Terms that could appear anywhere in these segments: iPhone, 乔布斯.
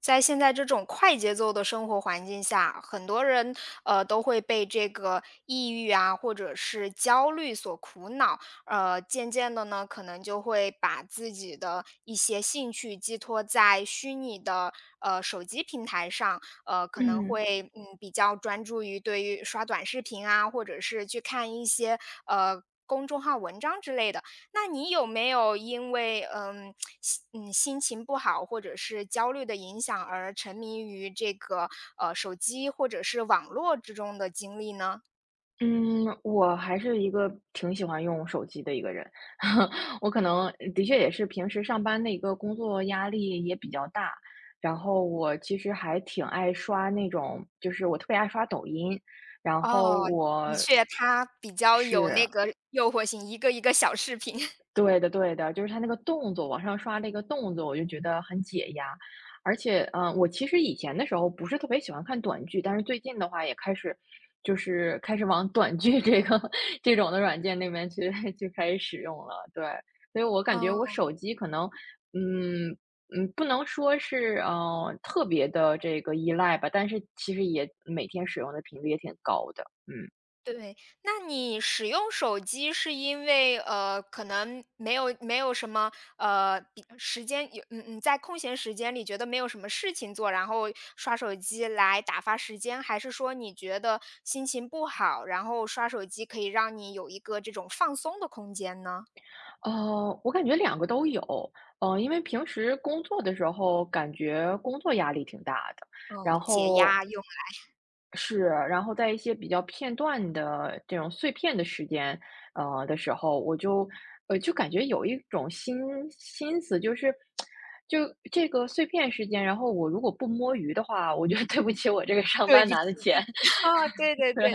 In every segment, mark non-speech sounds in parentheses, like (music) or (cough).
在现在这种快节奏的生活环境下，很多人都会被这个抑郁啊，或者是焦虑所苦恼。渐渐的呢，可能就会把自己的一些兴趣寄托在虚拟的手机平台上，可能嗯会比较专注于对于刷短视频啊，或者是去看一些公众号文章之类的。那你有没有因为心情不好或者是焦虑的影响而沉迷于这个手机或者是网络之中的经历呢？嗯，我还是一个挺喜欢用手机的一个人，(laughs) 我可能的确也是平时上班的一个工作压力也比较大，然后我其实还挺爱刷那种，就是我特别爱刷抖音，然后哦，的我。确，它比较有那是。个诱惑性，一个一个小视频。(laughs) 对的对的，就是他那个动作，往上刷那个动作，我就觉得很解压。而且，嗯，我其实以前的时候不是特别喜欢看短剧，但是最近的话也开始，就是开始往短剧这个 (laughs) 这种的软件那边去 (laughs) 去开始使用了。对，所以我感觉我嗯。手机可能，嗯不能说是特别的这个依赖吧，但是其实也每天使用的频率也挺高的。对，那你使用手机是因为，可能没有什么，呃，时间有嗯嗯，在空闲时间里觉得没有什么事情做，然后刷手机来打发时间，还是说你觉得心情不好，然后刷手机可以让你有一个这种放松的空间呢？我感觉两个都有，因为平时工作的时候，感觉工作压力挺大的，嗯，然解后压用。是，然后在一些比较片段的这种碎片的时间，的时候，我就，就感觉有一种心思，就是，就这个碎片时间，然后我如果不摸鱼的话，我觉得 (laughs) 对不起我这个上对班不起拿的钱，自己 (laughs)，啊，对对对，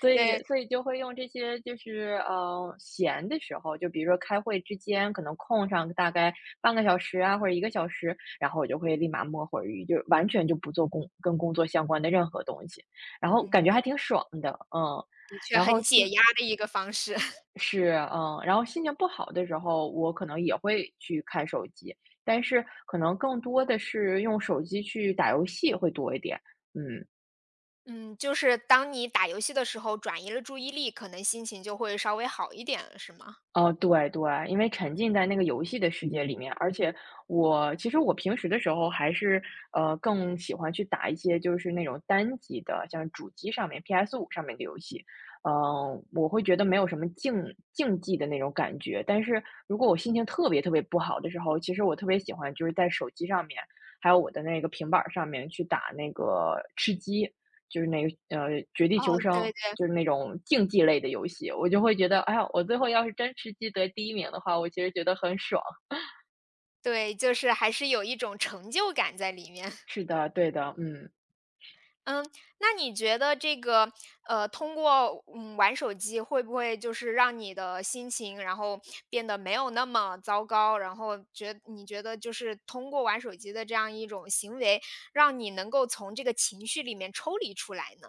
所以对。所以就会用这些就是，闲的时候，就比如说开会之间可能空上大概半个小时啊，或者1个小时，然后我就会立马摸会儿鱼，就完全就不做工跟工作相关的任何东西，然后嗯，感觉还挺爽的，嗯。的确然后很心解压的一个方式。是，嗯，然后心情不好的时候，我可能也会去看手机，但是可能更多的是用手机去打游戏会多一点，嗯。嗯，就是当你打游戏的时候转移了注意力，可能心情就会稍微好一点，是吗？哦，对对，因为沉浸在那个游戏的世界里面，而且我其实我平时的时候还是更喜欢去打一些就是那种单机的，像主机上面 PS5上面的游戏，嗯、我会觉得没有什么竞技的那种感觉。但是如果我心情特别特别不好的时候，其实我特别喜欢就是在手机上面，还有我的那个平板儿上面去打那个吃鸡，就是那个绝地求哦，对生，对就是那种竞技类的游戏，我就会觉得，哎呀，我最后要是真吃鸡得第一名的话，我其实觉得很爽。对。就是还是有一种成就感在里面。是 (laughs) 的，对的，嗯。嗯，那你觉得这个通过玩手机会不会就是让你的心情，然后变得没有那么糟糕？然后你觉得就是通过玩手机的这样一种行为，让你能够从这个情绪里面抽离出来呢？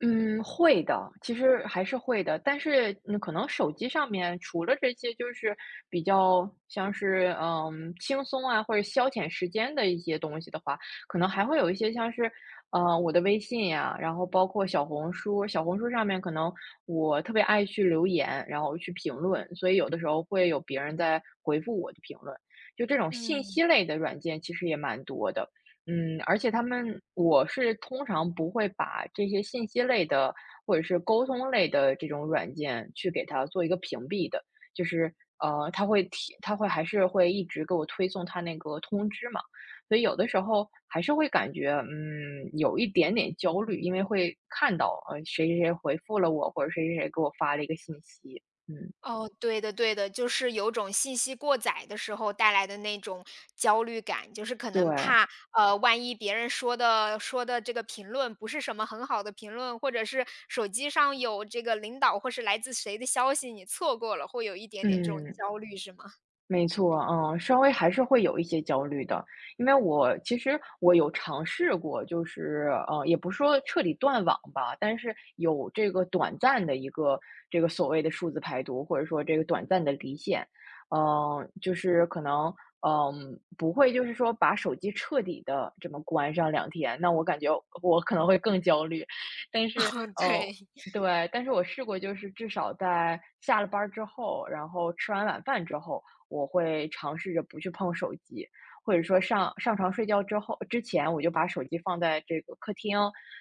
嗯，会的，其实还是会的。但是，嗯，可能手机上面除了这些，就是比较像是轻松啊，或者消遣时间的一些东西的话，可能还会有一些像是，我的微信呀，然后包括小红书，小红书上面可能我特别爱去留言，然后去评论，所以有的时候会有别人在回复我的评论。就这种信嗯。息类的软件，其实也蛮多的。嗯，而且他们我是通常不会把这些信息类的，或者是沟通类的这种软件去给它做一个屏蔽的，就是它会提，它会还是会一直给我推送它那个通知嘛，所以有的时候还是会感觉有一点点焦虑，因为会看到谁谁谁回复了我，或者谁谁谁给我发了一个信息，嗯，哦，对的对的，就是有种信息过载的时候带来的那种焦虑感，就是可对，能怕，万一别人说的这个评论不是什么很好的评论，或者是手机上有这个领导或是来自谁的消息，你错过了，会有一点点这种嗯。焦虑是吗？(laughs) 没错，嗯，稍微还是会有一些焦虑的，因为我其实我有尝试过，就是也不是说彻底断网吧，但是有这个短暂的一个这个所谓的数字排毒，或者说这个短暂的离线，就是可能不会就是说把手机彻底的这么关上2天，那我感觉我可能会更焦虑，但是嗯，呃，对，对，但是我试过，就是至少在下了班儿之后，然后吃完晚饭之后。我会尝试着不去碰手机，或者说上床睡觉之前，我就把手机放在这个客厅，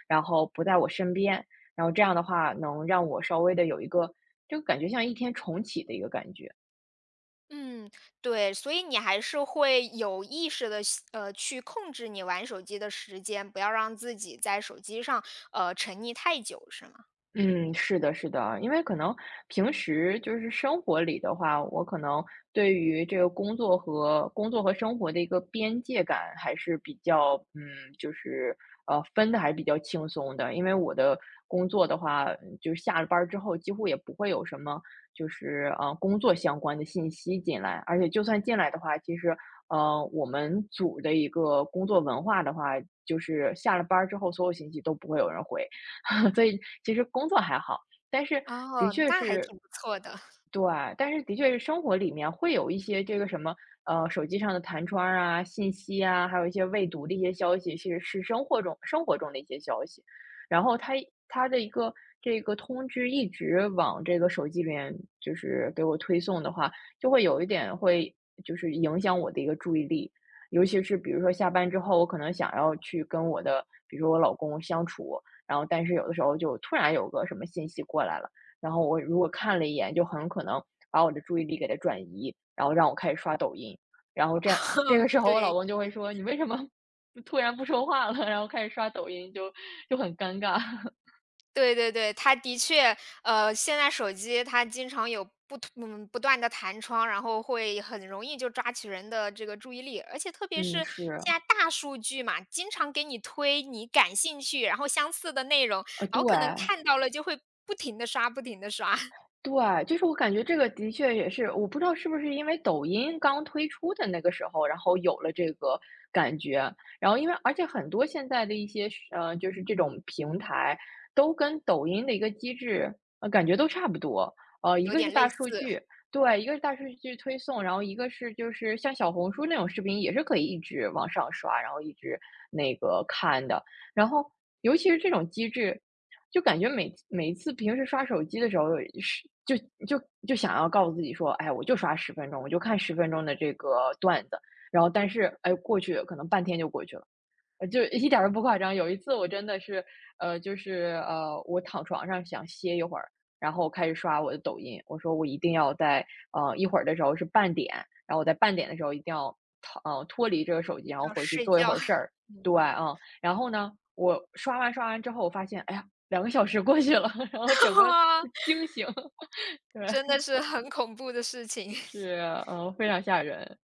然后不在我身边，然后这样的话能让我稍微的有一个就感觉像一天重启的一个感觉。嗯，对，所以你还是会有意识的去控制你玩手机的时间，不要让自己在手机上，沉溺太久是吗？嗯，是的，是的，因为可能平时就是生活里的话，我可能对于这个工作和生活的一个边界感还是比较，嗯，就是分的还是比较轻松的，因为我的工作的话，就是下了班儿之后几乎也不会有什么就是工作相关的信息进来，而且就算进来的话，其实我们组的一个工作文化的话，就是下了班儿之后所有信息都不会有人回。(laughs) 所以其实工作还好，但是的哦，确那还是挺不错的。对，但是的确是生活里面会有一些这个什么，手机上的弹窗儿啊、信息啊，还有一些未读的一些消息，其实是生活中的一些消息。然后它的一个这个通知一直往这个手机里面就是给我推送的话，就会有一点会就是影响我的一个注意力。尤其是比如说下班之后，我可能想要去跟我的，比如说我老公相处，然后但是有的时候就突然有个什么信息过来了。然后我如果看了一眼，就很可能把我的注意力给它转移，然后让我开始刷抖音。然后这样这个 (laughs) 时候我老对，公就会说："你为什么不突然不说话了？"然后开始刷抖音，就很尴尬。(laughs) 对对对，它的确，现在手机它经常有不同嗯，不断的弹窗，然后会很容易就抓取人的这个注意力。而且特别是嗯，是，现在大数据嘛，经常给你推你感兴趣，然后相似的内容，然对。后可能看到了就会不停的刷不停的刷。(laughs) 对，就是我感觉这个的确也是，我不知道是不是因为抖音刚推出的那个时候，然后有了这个感觉。然后因为而且很多现在的一些就是这种平台都跟抖音的一个机制，感觉都差不多。一有个是点大类数似。据，对，一个是大数据推送，然后一个是就是像小红书那种视频也是可以一直往上刷，然后一直那个看的。然后尤其是这种机制，就感觉每每一次平时刷手机的时候，是就想要告诉自己说，哎，我就刷十分钟，我就看十分钟的这个段子，然后但是哎，过去可能半天就过去了。就一点儿都不夸张。有一次我真的是，我躺床上想歇一会儿，然后开始刷我的抖音。我说我一定要在一会儿的时候是半点，然后我在半点的时候一定要脱离这个手机，然后要回去睡做一觉。会儿事儿。对，(laughs) 嗯，然后呢，我刷完之后，我发现，哎呀，2个小时过去了，(laughs) 然后整个就嗯，惊醒。(laughs) 对，真的是很恐怖的事情。是非常吓人。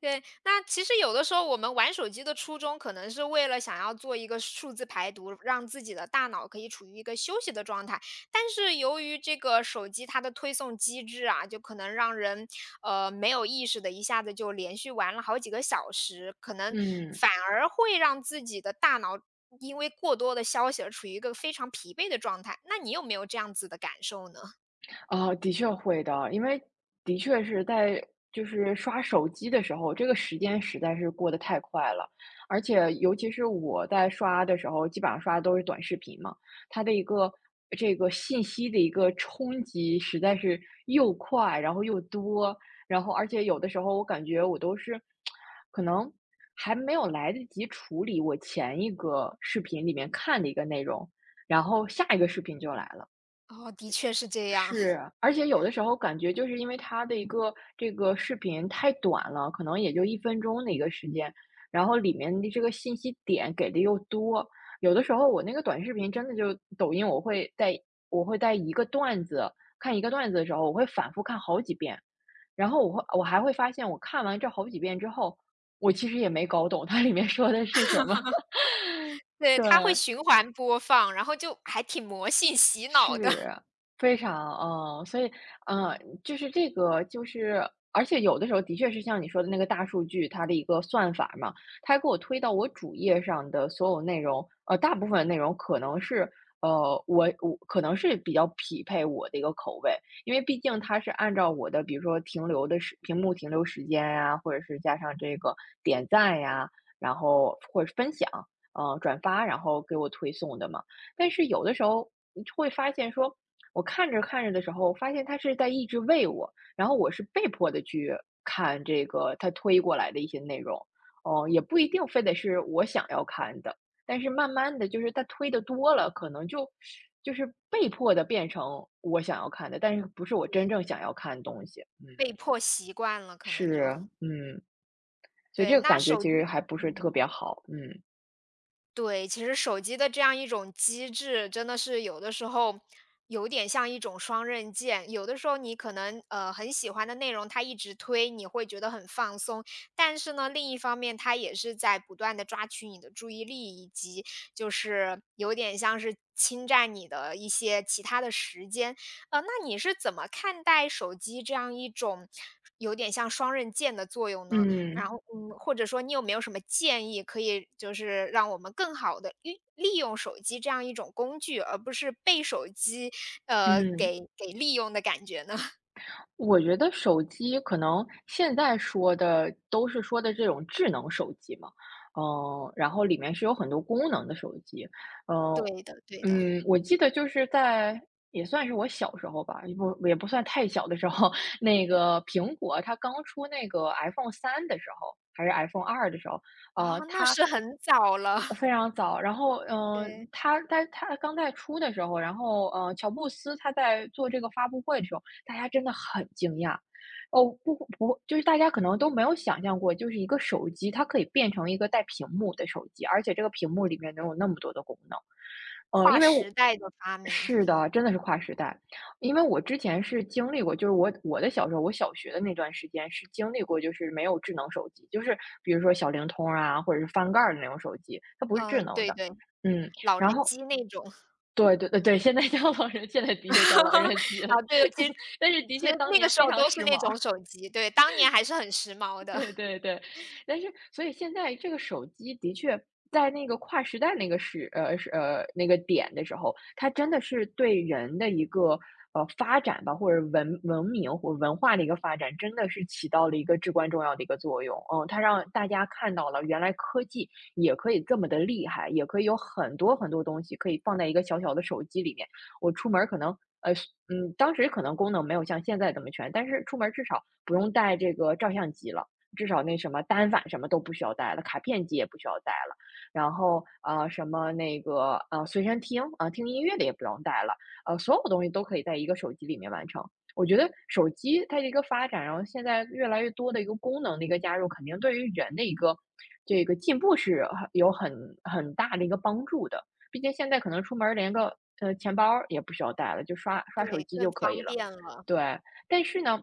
对，那其实有的时候我们玩手机的初衷，可能是为了想要做一个数字排毒，让自己的大脑可以处于一个休息的状态。但是由于这个手机它的推送机制啊，就可能让人没有意识的一下子就连续玩了好几个小时，可能嗯。反而会让自己的大脑因为过多的消息而处于一个非常疲惫的状态。那你有没有这样子的感受呢？啊，的确会的，因为的确是在就是刷手机的时候，这个时间实在是过得太快了，而且尤其是我在刷的时候，基本上刷的都是短视频嘛，它的一个这个信息的一个冲击实在是又快，然后又多，然后而且有的时候我感觉我都是可能还没有来得及处理我前一个视频里面看的一个内容，然后下一个视频就来了。哦，的确是这样。是，而且有的时候感觉就是因为它的一个这个视频太短了，可能也就一分钟的一个时间，然后里面的这个信息点给的又多，有的时候我那个短视频真的就抖音我会在一个看一个段子的时候，我会反复看好几遍，然后我还会发现我看完这好几遍之后，我其实也没搞懂它里面说的是什么，(laughs) 对，它会对。循环播放，然后就还挺魔性洗脑的。是，(laughs) 非常，嗯，所以，呃，就是而且有的时候的确是像你说的那个大数据，它的一个算法嘛，它给我推到我主页上的所有内容，大部分的内容可能是，我可能是比较匹配我的一个口味，因为毕竟它是按照我的比如说停留的时屏幕停留时间呀，或者是加上这个点赞呀，然后或者是分享，转发，然后给我推送的嘛。但是有的时候你会发现说，我看着看着的时候，发现它是在一直喂我，然后我是被迫的去看这个它推过来的一些内容，哦，也不一定非得是我想要看的，但是慢慢的就是它推的多了，可能就是被迫的变成我想要看的，但是不是我真对，正想要看的东西，嗯，被迫习惯了，可能是，就。嗯，所以对，这个那感觉手其机实还不是特嗯别好，对，其实手机的这样一种机制，真的是有的时候有点像一种双刃剑。有的时候你可能很喜欢的内容，它一直推，你会觉得很放松，但是呢，另一方面它也是在不断的抓取你的注意力，以及就是有点像是侵占你的一些其他的时间。呃，那你是怎么看待手机这样一种有点像双刃剑的作用呢？然嗯后，嗯，或者说你有没有什么建议，可以就是让我们更好的利用手机这样一种工具，而不是被手机，嗯。给利用的感觉呢？(laughs) 我觉得手机可能现在说的都是说的这种智能手机嘛，嗯，然后里面是有很多功能的手机，嗯对的对的。(laughs) 嗯，我记得就是在也算是我小时候吧，也不算太小的时候，(laughs) 那个苹果它刚出那个 iPhone 三的时候，还是 iPhone 二的时候，哦，那它是很早了。非 (laughs) 常早，然后，嗯，对他刚在出的时候，然后，嗯，乔布斯他在做这个发布会的时候，大家真的很惊讶。哦，不，就是大家可能都没有想象过，就是一个手机，它可以变成一个带屏幕的手机，而且这个屏幕里对。面能有那么多的功能。呃，因划为我时代的发明。是的，真的是跨时代。因为我之前是经历过，就是我小时候，我小学的那段时间是经历过，就是没有智能手机，就是比如说小灵通啊，或者是翻盖儿的那种手机，它不是智嗯，能对的。对，嗯，老然人后机那种。对，现在叫现在的确叫老 (laughs) 人机啊，了，对，其实 (laughs) 但是的其确实当那个年时非候常都时是那髦。种手机，对，当年还是很时髦 (laughs) 的。对 (laughs) 对对，但是所以现在这个手机的确在那个跨时代那个那个点的时候，它真的是对人的一个发展吧，或者文明或文化的一个发展，真的是起到了一个至关重要的一个作用。嗯，它让大家看到了原来科技也可以这么的厉害，也可以有很多很多东西可以放在一个小小的手机里面。我出门儿可能。当时可能功能没有像现在这么全，但是出门儿至少不用带这个照相机了。至少那什么单反什么都不需要带了，卡片机也不需要带了，然后什么那个随身听啊、听音乐的也不用带了，所有东西都可以在一个手机里面完成。我觉得手机它的一个发展，然后现在越来越多的一个功能的一个加入，肯定对于人的一个这个进步是很有很很大的一个帮助的。毕竟现在可能出门连个钱包也不需要带了，就刷刷手对，机就更可以方了。便了，对，但是呢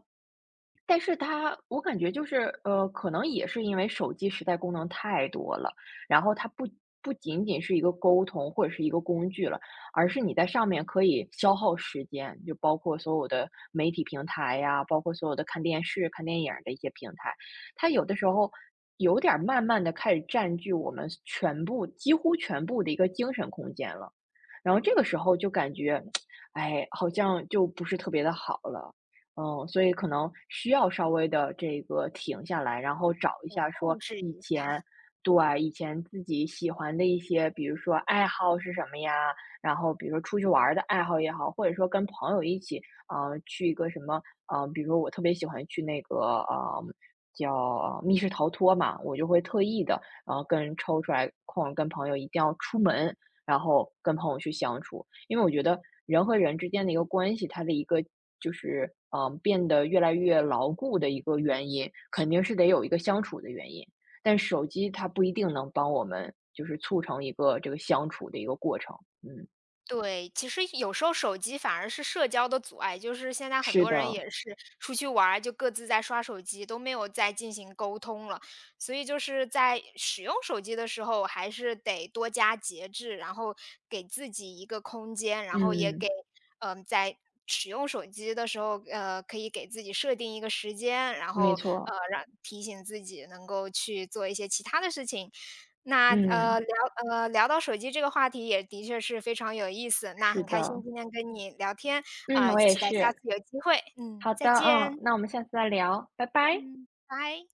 它我感觉就是，可能也是因为手机时代功能太多了，然后它不不仅仅是一个沟通或者是一个工具了，而是你在上面可以消耗时间，就包括所有的媒体平台呀，包括所有的看电视、看电影儿的一些平台，它有的时候有点儿慢慢的开始占据我们全部几乎全部的一个精神空间了。然后这个时候就感觉，哎，好像就不是特别的好了。嗯，所以可能需要稍微的这个停下来，然后找一要下说控制一下。对，以前自己喜欢的一些，比如说爱好是什么呀，然后比如说出去玩儿的爱好也好，或者说跟朋友一起，去一个什么，比如说我特别喜欢去那个，叫，密室逃脱嘛，我就会特意的然后跟抽出来空儿跟朋友一定要出门，然后跟朋友去相处。因为我觉得人和人之间的一个关系，它的一个就是变得越来越牢固的一个原因，肯定是得有一个相处的原因。但手机它不一定能帮我们就是促成一个这个相处的一个过程。嗯，对，其实有时候手机反而是社交的阻碍，就是现在很是多的，人也是出去玩儿，就各自在刷手机，都没有再进行沟通了。所以就是在使用手机的时候，还是得多加节制，然后给自己一个空间，然后也给嗯，在使用手机的时候，可以给自己设定一个时间，然后没呃，错，让提醒自己能够去做一些其他的事情，那嗯，聊到手机这个话题也的确是非常有意思，那是很开心的，今天跟你聊天，嗯，啊、我也期待下是。次有机会，嗯，好的，再嗯，见，那我们下次再聊，拜拜。嗯，拜。